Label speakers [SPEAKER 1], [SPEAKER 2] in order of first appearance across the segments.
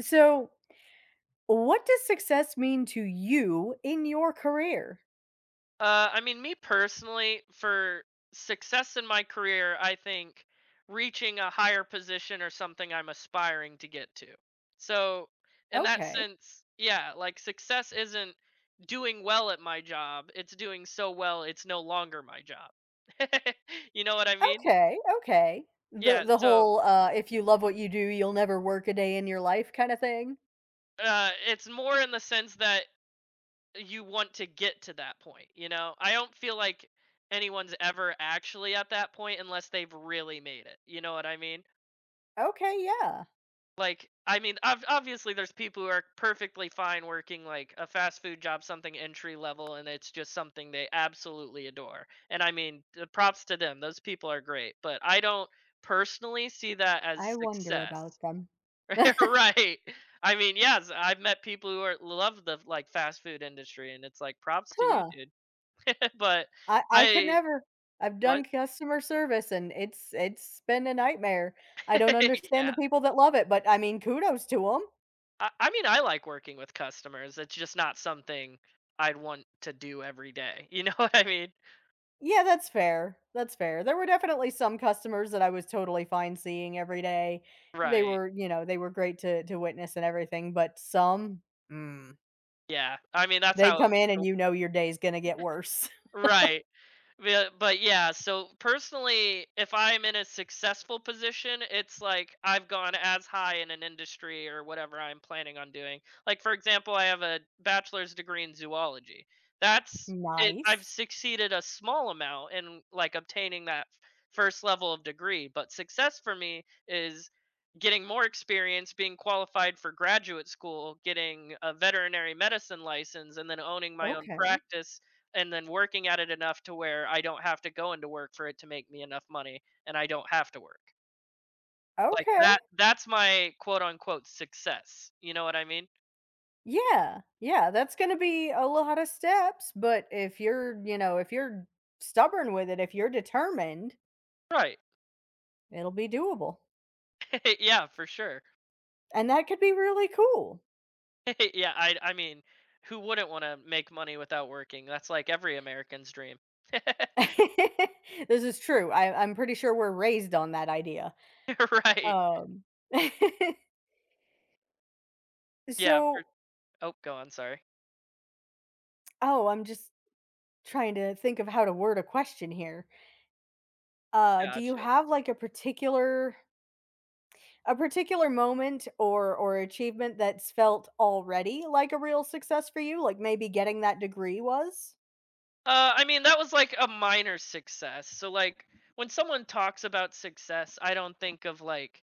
[SPEAKER 1] So, what does success mean to you in your career?
[SPEAKER 2] I mean, me personally, for success in my career, I think reaching a higher position or something I'm aspiring to get to. So, in that
[SPEAKER 1] Okay.
[SPEAKER 2] sense, yeah, like success isn't doing well at my job, it's doing so well, it's no longer my job. You know what I mean?
[SPEAKER 1] Okay. Okay. The
[SPEAKER 2] Yeah,
[SPEAKER 1] the
[SPEAKER 2] so
[SPEAKER 1] whole if you love what you do, you'll never work a day in your life kind of thing.
[SPEAKER 2] it's more in the sense that you want to get to that point, you know? I don't feel like anyone's ever actually at that point unless they've really made it. You know what I mean?
[SPEAKER 1] Okay, yeah.
[SPEAKER 2] Like, I mean, obviously, there's people who are perfectly fine working like a fast food job, something entry level, and it's just something they absolutely adore. And I mean, props to them. Those people are great. But I don't personally see that as
[SPEAKER 1] I wonder about
[SPEAKER 2] success.
[SPEAKER 1] them. Huh.
[SPEAKER 2] Right. I mean, yes, I've met people who are love the like fast food industry, and it's like props to you, dude. But
[SPEAKER 1] I could
[SPEAKER 2] I
[SPEAKER 1] never. I've
[SPEAKER 2] what?
[SPEAKER 1] done customer service and it's been a nightmare. I don't understand the
[SPEAKER 2] Yeah.
[SPEAKER 1] people that love it, but I mean kudos to them.
[SPEAKER 2] I mean, I like working with customers, it's just not something I'd want to do every day, you know what I mean?
[SPEAKER 1] Yeah, that's fair. That's fair. There were definitely some customers that I was totally fine seeing every day. They
[SPEAKER 2] Right.
[SPEAKER 1] were, you know, they were great to witness and everything, but some, mm,
[SPEAKER 2] Yeah. I mean, that's
[SPEAKER 1] they come
[SPEAKER 2] how.
[SPEAKER 1] in and you know your day's gonna get worse.
[SPEAKER 2] Right. Yeah, but yeah, so personally, if I'm in a successful position, it's like I've gone as high in an industry or whatever I'm planning on doing. Like for example, I have a bachelor's degree in zoology. That's it, I've
[SPEAKER 1] Nice.
[SPEAKER 2] succeeded a small amount in like obtaining that first level of degree, but success for me is getting more experience, being qualified for graduate school, getting a veterinary medicine license, and then owning my own
[SPEAKER 1] Okay.
[SPEAKER 2] practice and then working at it enough to where I don't have to go into work for it to make me enough money and I don't have to work. Like
[SPEAKER 1] Okay.
[SPEAKER 2] that's my quote unquote success. You know what I mean?
[SPEAKER 1] Yeah. Yeah. That's going to be a lot of steps. But if you're, you know, if you're stubborn with it, if you're determined,
[SPEAKER 2] Right.
[SPEAKER 1] it'll be doable.
[SPEAKER 2] Yeah, for sure.
[SPEAKER 1] And that could be really cool.
[SPEAKER 2] Yeah, I mean, who wouldn't want to make money without working? That's like every American's dream.
[SPEAKER 1] This is true. I'm pretty sure we're raised on that idea.
[SPEAKER 2] Right.
[SPEAKER 1] Um,
[SPEAKER 2] Yeah, for.
[SPEAKER 1] so
[SPEAKER 2] Oh, go on, sorry.
[SPEAKER 1] oh, I'm just trying to think of how to word a question here. Do you
[SPEAKER 2] Gotcha.
[SPEAKER 1] have, like, a particular moment or achievement that's felt already like a real success for you? Like, maybe getting that degree was?
[SPEAKER 2] I mean, that was like a minor success. So like when someone talks about success, I don't think of like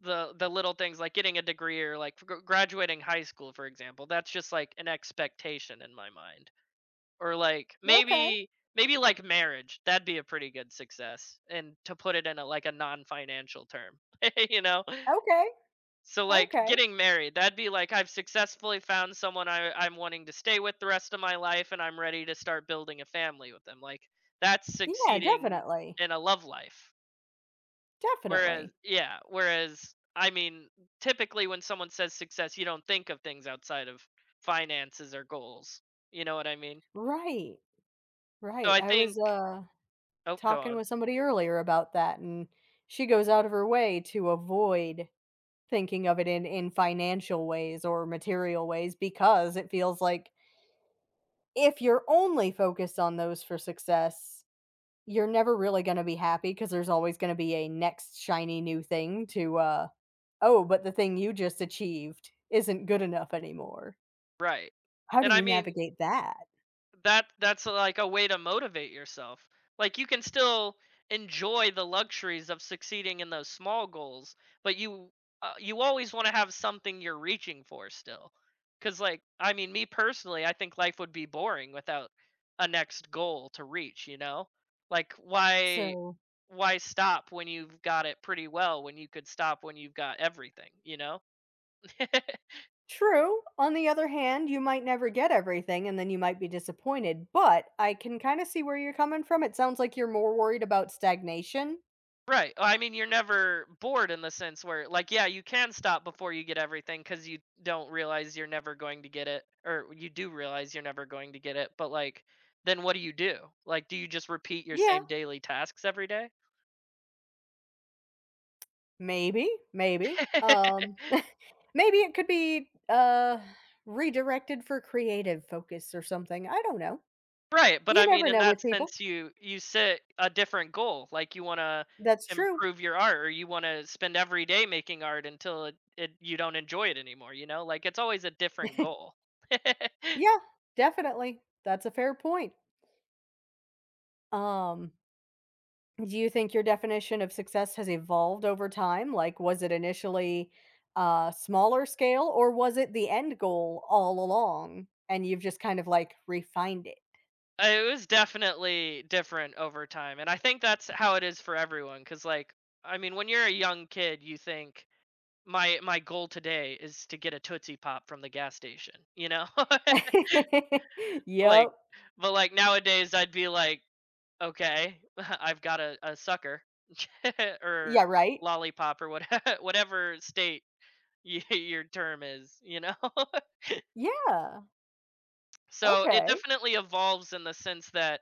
[SPEAKER 2] the little things like getting a degree or like graduating high school for example, that's just like an expectation in my mind, or like
[SPEAKER 1] Okay,
[SPEAKER 2] maybe like marriage, that'd be a pretty good success, and to put it in a like a non-financial term, you know,
[SPEAKER 1] okay,
[SPEAKER 2] so like
[SPEAKER 1] okay.
[SPEAKER 2] getting married, that'd be like I've successfully found someone I'm wanting to stay with the rest of my life and I'm ready to start building a family with them, like that's
[SPEAKER 1] Yeah,
[SPEAKER 2] succeeding
[SPEAKER 1] definitely,
[SPEAKER 2] in a love life. Whereas
[SPEAKER 1] definitely.
[SPEAKER 2] yeah, whereas I mean, typically when someone says success, you don't think of things outside of finances or goals. You know what I mean?
[SPEAKER 1] Right,
[SPEAKER 2] So
[SPEAKER 1] right.
[SPEAKER 2] I
[SPEAKER 1] I
[SPEAKER 2] think,
[SPEAKER 1] was,
[SPEAKER 2] oh, go
[SPEAKER 1] talking
[SPEAKER 2] on.
[SPEAKER 1] with somebody earlier about that, and she goes out of her way to avoid thinking of it in financial ways or material ways because it feels like if you're only focused on those for success, you're never really going to be happy because there's always going to be a next shiny new thing to oh, but the thing you just achieved isn't good enough anymore.
[SPEAKER 2] Right.
[SPEAKER 1] How do
[SPEAKER 2] And I
[SPEAKER 1] you
[SPEAKER 2] mean
[SPEAKER 1] navigate that?
[SPEAKER 2] that's like a way to motivate yourself. Like you can still enjoy the luxuries of succeeding in those small goals, but you you always want to have something you're reaching for still. Cuz like I mean me personally, I think life would be boring without a next goal to reach, you know? Like
[SPEAKER 1] So
[SPEAKER 2] why stop when you've got it pretty well when you could stop when you've got everything, you know?
[SPEAKER 1] true. On the other hand, you might never get everything and then you might be disappointed, but I can kind of see where you're coming from. It sounds like you're more worried about stagnation.
[SPEAKER 2] Right. Well, I mean, you're never bored in the sense where, like, yeah, you can stop before you get everything because you don't realize you're never going to get it, or you do realize you're never going to get it. But, like, then what do you do? Like, do you just repeat your
[SPEAKER 1] Yeah,
[SPEAKER 2] same daily tasks every day?
[SPEAKER 1] maybe, maybe. Maybe it could be redirected for creative focus or something. I don't know.
[SPEAKER 2] Right. But I
[SPEAKER 1] You
[SPEAKER 2] mean,
[SPEAKER 1] never
[SPEAKER 2] in
[SPEAKER 1] know
[SPEAKER 2] that
[SPEAKER 1] with people.
[SPEAKER 2] sense, you set a different goal. Like, you want to
[SPEAKER 1] That's true.
[SPEAKER 2] improve your art, or you want to spend every day making art until it you don't enjoy it anymore. You know, like it's always a different goal.
[SPEAKER 1] Yeah, definitely. That's a fair point. Um Do you think your definition of success has evolved over time? Like, was it initially a smaller scale or was it the end goal all along and you've just kind of like refined
[SPEAKER 2] It was definitely different over time. And I think that's how it is for everyone cuz like I mean when you're a young kid you think my goal today is to get a Tootsie Pop from the gas station, you know?
[SPEAKER 1] it?
[SPEAKER 2] Like,
[SPEAKER 1] Yep.
[SPEAKER 2] but like nowadays I'd be like okay, I've got a sucker or
[SPEAKER 1] Yeah, right?
[SPEAKER 2] lollipop or whatever whatever state your term is, you know?
[SPEAKER 1] Yeah.
[SPEAKER 2] So it
[SPEAKER 1] Okay.
[SPEAKER 2] definitely evolves in the sense that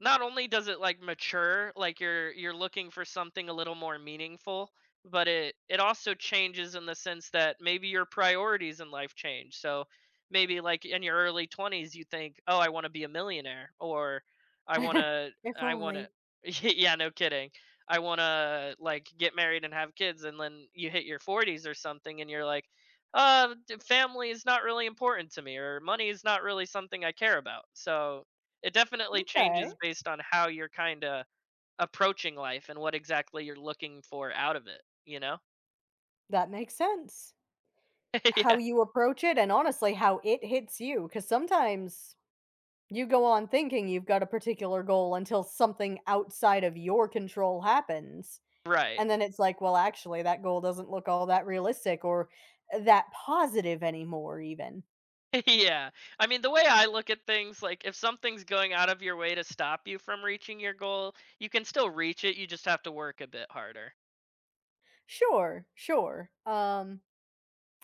[SPEAKER 2] not only does it like mature, like you're looking for something a little more meaningful, but it also changes in the sense that maybe your priorities in life change. So maybe like in your early 20s you think, "Oh, I want to be a millionaire," or "I want to
[SPEAKER 1] If
[SPEAKER 2] I want to
[SPEAKER 1] only.
[SPEAKER 2] yeah, no kidding. I want to like get married and have kids." And then you hit your 40s or something and you're like, family is not really important to me, or money is not really something I care about." So it definitely
[SPEAKER 1] Okay.
[SPEAKER 2] changes based on how you're kinda approaching life and what exactly you're looking for out of it, you know?
[SPEAKER 1] That makes sense. How
[SPEAKER 2] Yeah,
[SPEAKER 1] you approach it and honestly how it hits you. Because sometimes you go on thinking you've got a particular goal until something outside of your control happens.
[SPEAKER 2] right.
[SPEAKER 1] And then it's like, well, actually, that goal doesn't look all that realistic or that positive anymore even.
[SPEAKER 2] Yeah. I mean, the way I look at things, like, if something's going out of your way to stop you from reaching your goal, you can still reach it, you just have to work a bit harder.
[SPEAKER 1] Sure, sure.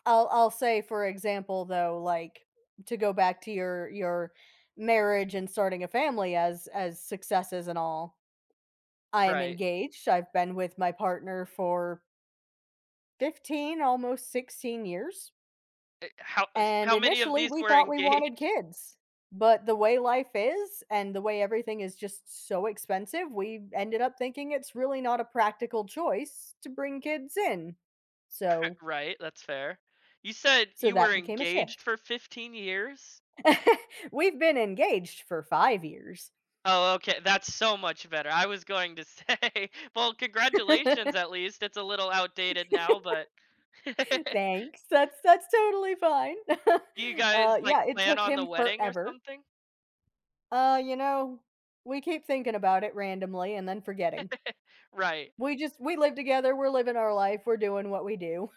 [SPEAKER 1] I'll say for example though, like to go back to your marriage and starting a family as successes and all. I am
[SPEAKER 2] Right.
[SPEAKER 1] engaged. I've been with my partner for 15, almost 16 years.
[SPEAKER 2] Eh, how
[SPEAKER 1] And
[SPEAKER 2] how many of
[SPEAKER 1] initially,
[SPEAKER 2] these
[SPEAKER 1] we
[SPEAKER 2] were
[SPEAKER 1] thought we wanted
[SPEAKER 2] engaged?
[SPEAKER 1] kids, but the way life is and the way everything is just so expensive, we ended up thinking it's really not a practical choice to bring kids in. So,
[SPEAKER 2] Right, that's fair. You said
[SPEAKER 1] so
[SPEAKER 2] you were
[SPEAKER 1] that became a
[SPEAKER 2] engaged
[SPEAKER 1] shift.
[SPEAKER 2] for 15 years?
[SPEAKER 1] We've been engaged for 5 years.
[SPEAKER 2] Oh, okay, that's so much better. I was going to say, well, congratulations at least. It's a little outdated now, but do
[SPEAKER 1] Thanks. That's totally fine.
[SPEAKER 2] you guys, like,
[SPEAKER 1] Yeah, it
[SPEAKER 2] plan
[SPEAKER 1] took
[SPEAKER 2] on the
[SPEAKER 1] him
[SPEAKER 2] wedding or
[SPEAKER 1] forever.
[SPEAKER 2] something?
[SPEAKER 1] You know, we keep thinking about it randomly and then forgetting.
[SPEAKER 2] Right.
[SPEAKER 1] We just we live together, we're living our life, we're doing what we do.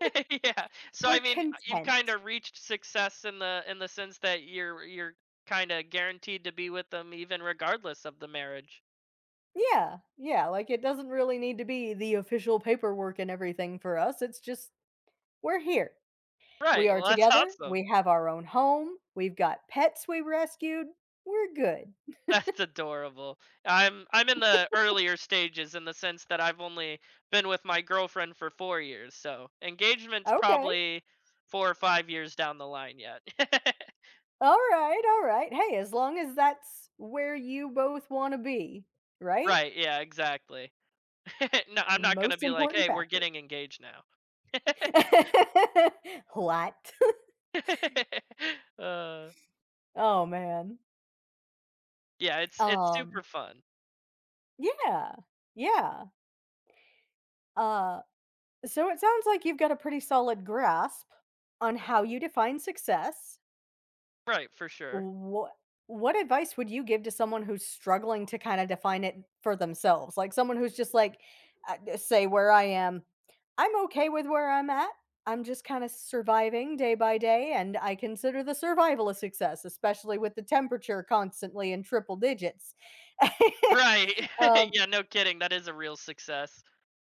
[SPEAKER 2] Yeah. So,
[SPEAKER 1] We're
[SPEAKER 2] I mean, you've
[SPEAKER 1] content.
[SPEAKER 2] kinda reached success in the sense that you're kinda guaranteed to be with them even regardless of the marriage.
[SPEAKER 1] Yeah, yeah, like, it doesn't really need to be the official paperwork and everything for us, it's just we're here. We
[SPEAKER 2] Right,
[SPEAKER 1] are
[SPEAKER 2] well, that's
[SPEAKER 1] together,
[SPEAKER 2] awesome.
[SPEAKER 1] we have our own home, we've got pets we rescued, we're good.
[SPEAKER 2] That's adorable. I'm in the earlier stages in the sense that I've only been with my girlfriend for 4 years, so engagement's
[SPEAKER 1] Okay.
[SPEAKER 2] probably 4 or 5 years down the line yet.
[SPEAKER 1] Alright, alright. Hey, as long as that's where you both wanna be, right?
[SPEAKER 2] Right, yeah, exactly. No,
[SPEAKER 1] The
[SPEAKER 2] I'm not gonna
[SPEAKER 1] most
[SPEAKER 2] be like,
[SPEAKER 1] important
[SPEAKER 2] "Hey, we're
[SPEAKER 1] factor.
[SPEAKER 2] getting engaged now."
[SPEAKER 1] What?
[SPEAKER 2] Uh,
[SPEAKER 1] Oh, man.
[SPEAKER 2] yeah, it's
[SPEAKER 1] Um,
[SPEAKER 2] super fun.
[SPEAKER 1] yeah, yeah, uh so it sounds like you've got a pretty solid grasp on how you define success.
[SPEAKER 2] Right, for sure.
[SPEAKER 1] What advice would you give to someone who's struggling to kind of define it for themselves? Like someone who's just like say where I am, I'm okay with where I'm at. I'm just kind of surviving day by day and I consider the survival a success, especially with the temperature constantly in triple digits.
[SPEAKER 2] Right.
[SPEAKER 1] um,
[SPEAKER 2] Yeah, no kidding, that is a real success.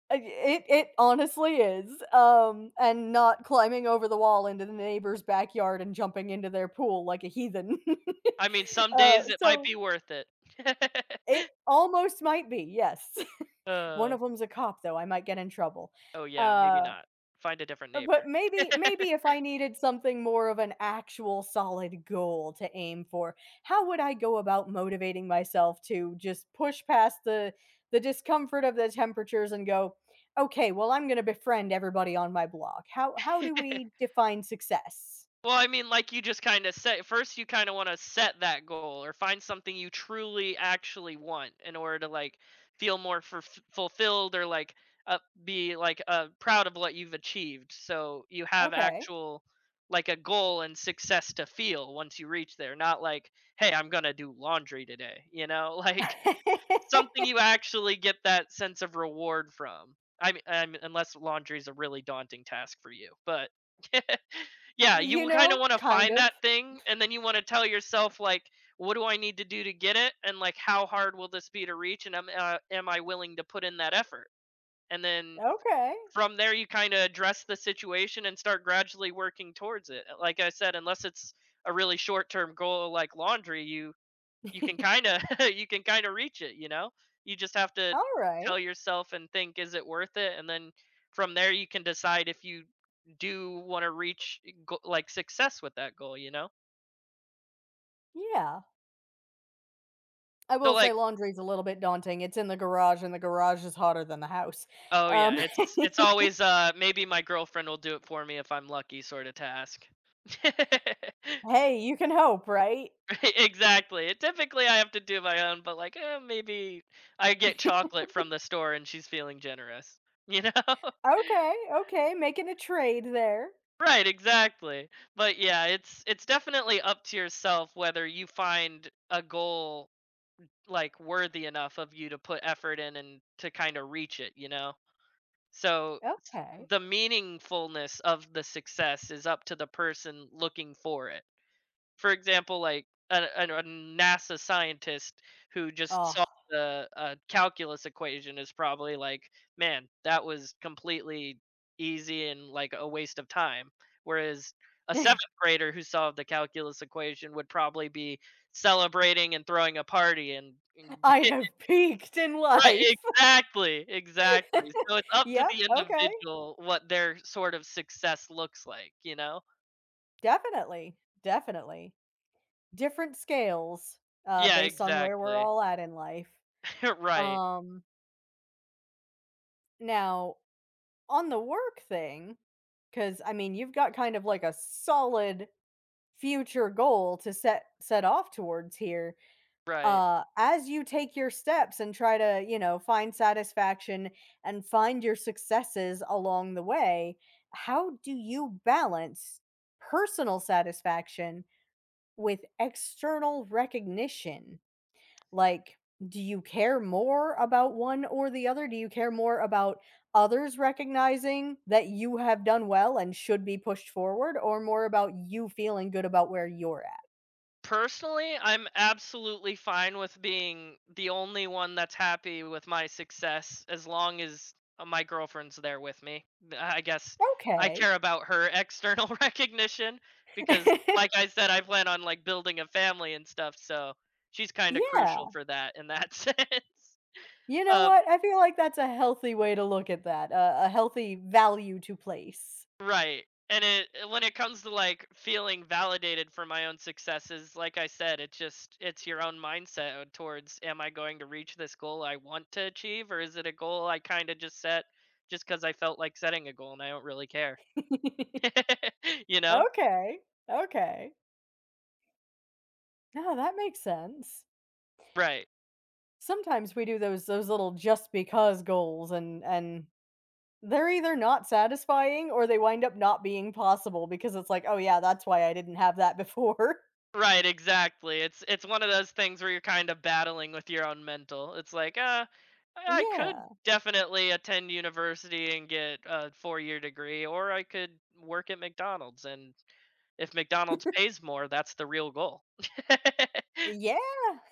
[SPEAKER 1] It it honestly is, and not climbing over the wall into the neighbor's backyard and jumping into their pool like a heathen.
[SPEAKER 2] I mean, some days it might
[SPEAKER 1] So
[SPEAKER 2] be worth it.
[SPEAKER 1] it almost might be, yes. One
[SPEAKER 2] Uh,
[SPEAKER 1] of them's a cop, though, I might get in trouble.
[SPEAKER 2] oh, yeah, maybe
[SPEAKER 1] Uh
[SPEAKER 2] not. Find a different
[SPEAKER 1] But
[SPEAKER 2] neighbor.
[SPEAKER 1] maybe if I needed something more of an actual solid goal to aim for, how would I go about motivating myself to just push past the discomfort of the temperatures and go, "Okay, well I'm going to befriend everybody on my block." How do we define success?
[SPEAKER 2] Well, I mean, like, you just kinda set, first you kinda wanna set that goal or find something you truly actually want in order to, like, feel more for fulfilled or, like, uh, be, like, proud of what you've achieved, so you have
[SPEAKER 1] Okay.
[SPEAKER 2] actual like, a goal and success to feel once you reach there, not like, "Hey, I'm gonna do laundry today," you know? Like something you actually get that sense of reward from. I mean unless laundry is a really daunting task for you, but yeah,
[SPEAKER 1] You
[SPEAKER 2] you kind of
[SPEAKER 1] know,
[SPEAKER 2] want to
[SPEAKER 1] kind
[SPEAKER 2] find
[SPEAKER 1] of.
[SPEAKER 2] that thing, and then you want to tell yourself like, what do I need to do to get it, and like, how hard will this be to reach, and am I willing to put in that effort? And then
[SPEAKER 1] Okay.
[SPEAKER 2] from there, you kind of address the situation and start gradually working towards it. Like I said, unless it's a really short term goal like laundry, you can kind of you can kind of reach it, you know? You just have to
[SPEAKER 1] All right.
[SPEAKER 2] tell yourself and think is it worth it, and then from there you can decide if you do want to reach like success with that goal, you know?
[SPEAKER 1] Yeah. I
[SPEAKER 2] So
[SPEAKER 1] will say
[SPEAKER 2] like
[SPEAKER 1] laundry's a little bit daunting. It's in the garage, and the garage is hotter than the house.
[SPEAKER 2] oh yeah,
[SPEAKER 1] Um,
[SPEAKER 2] it's always maybe my girlfriend will do it for me if I'm lucky sort of task.
[SPEAKER 1] hey, you can hope, right?
[SPEAKER 2] Right, exactly. Typically I have to do my own, but like maybe I get chocolate from the store and she's feeling generous, you know?
[SPEAKER 1] Okay, okay, making a trade there.
[SPEAKER 2] Right, exactly. But yeah, it's definitely up to yourself whether you find a goal like worthy enough of you to put effort in and to kind of reach it, you know. So
[SPEAKER 1] Okay.
[SPEAKER 2] the meaningfulness of the success is up to the person looking for it, for example, like a NASA scientist who just
[SPEAKER 1] Oh,
[SPEAKER 2] solved the calculus equation is probably like, man, that was completely easy and like a waste of time. Whereas a seventh grader who solved the calculus equation would probably be celebrating and throwing a party and
[SPEAKER 1] I have peaked in
[SPEAKER 2] right,
[SPEAKER 1] life.
[SPEAKER 2] exactly, exactly, so it's up to
[SPEAKER 1] Yep,
[SPEAKER 2] the
[SPEAKER 1] okay.
[SPEAKER 2] individual what their sort of success looks like, you know.
[SPEAKER 1] Definitely, definitely. Different scales,
[SPEAKER 2] Yeah,
[SPEAKER 1] based on where we're
[SPEAKER 2] exactly.
[SPEAKER 1] all at in life.
[SPEAKER 2] Right,
[SPEAKER 1] Um, now on the work thing, because I mean, you've got kind of like a solid future goal to set off towards here
[SPEAKER 2] right.
[SPEAKER 1] as you take your steps and try to you know find satisfaction and find your successes along the way, how do you balance personal satisfaction with external recognition, like do you care more about one or the other? Do you care more about others recognizing that you have done well and should be pushed forward or more about you feeling good about where you're at?
[SPEAKER 2] Personally, I'm absolutely fine with being the only one that's happy with my success, as long as my girlfriend's there with me. I guess I
[SPEAKER 1] Okay.
[SPEAKER 2] care about her external recognition because like I said I plan on like building a family and stuff, so she's kind of crucial
[SPEAKER 1] Yeah.
[SPEAKER 2] for that in that sense.
[SPEAKER 1] You know
[SPEAKER 2] Um,
[SPEAKER 1] what? I feel like that's a healthy way to look at that, a healthy value to place.
[SPEAKER 2] Right. And it when it comes to like feeling validated for my own successes, like I said, it's just it's your own mindset towards am I going to reach this goal I want to achieve, or is it a goal I kind of just set just cuz I felt like setting a goal and I don't really care. You know?
[SPEAKER 1] Okay. Okay. No, that makes sense.
[SPEAKER 2] Right.
[SPEAKER 1] Sometimes we do those little just because goals and they're either not satisfying or they wind up not being possible because it's like, "Oh yeah, that's why I didn't have that before."
[SPEAKER 2] Right, exactly. It's one of those things where you're kind of battling with your own mental. It's like, I could
[SPEAKER 1] Yeah.
[SPEAKER 2] definitely attend university and get a 4 year degree, or I could work at McDonald's and if McDonald's pays more, that's the real goal. uh,
[SPEAKER 1] Yeah.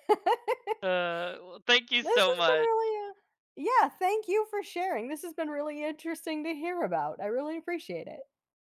[SPEAKER 2] well, thank you
[SPEAKER 1] This
[SPEAKER 2] so
[SPEAKER 1] has been
[SPEAKER 2] much.
[SPEAKER 1] really, yeah, thank you for sharing. This has been really interesting to hear about. I really appreciate it.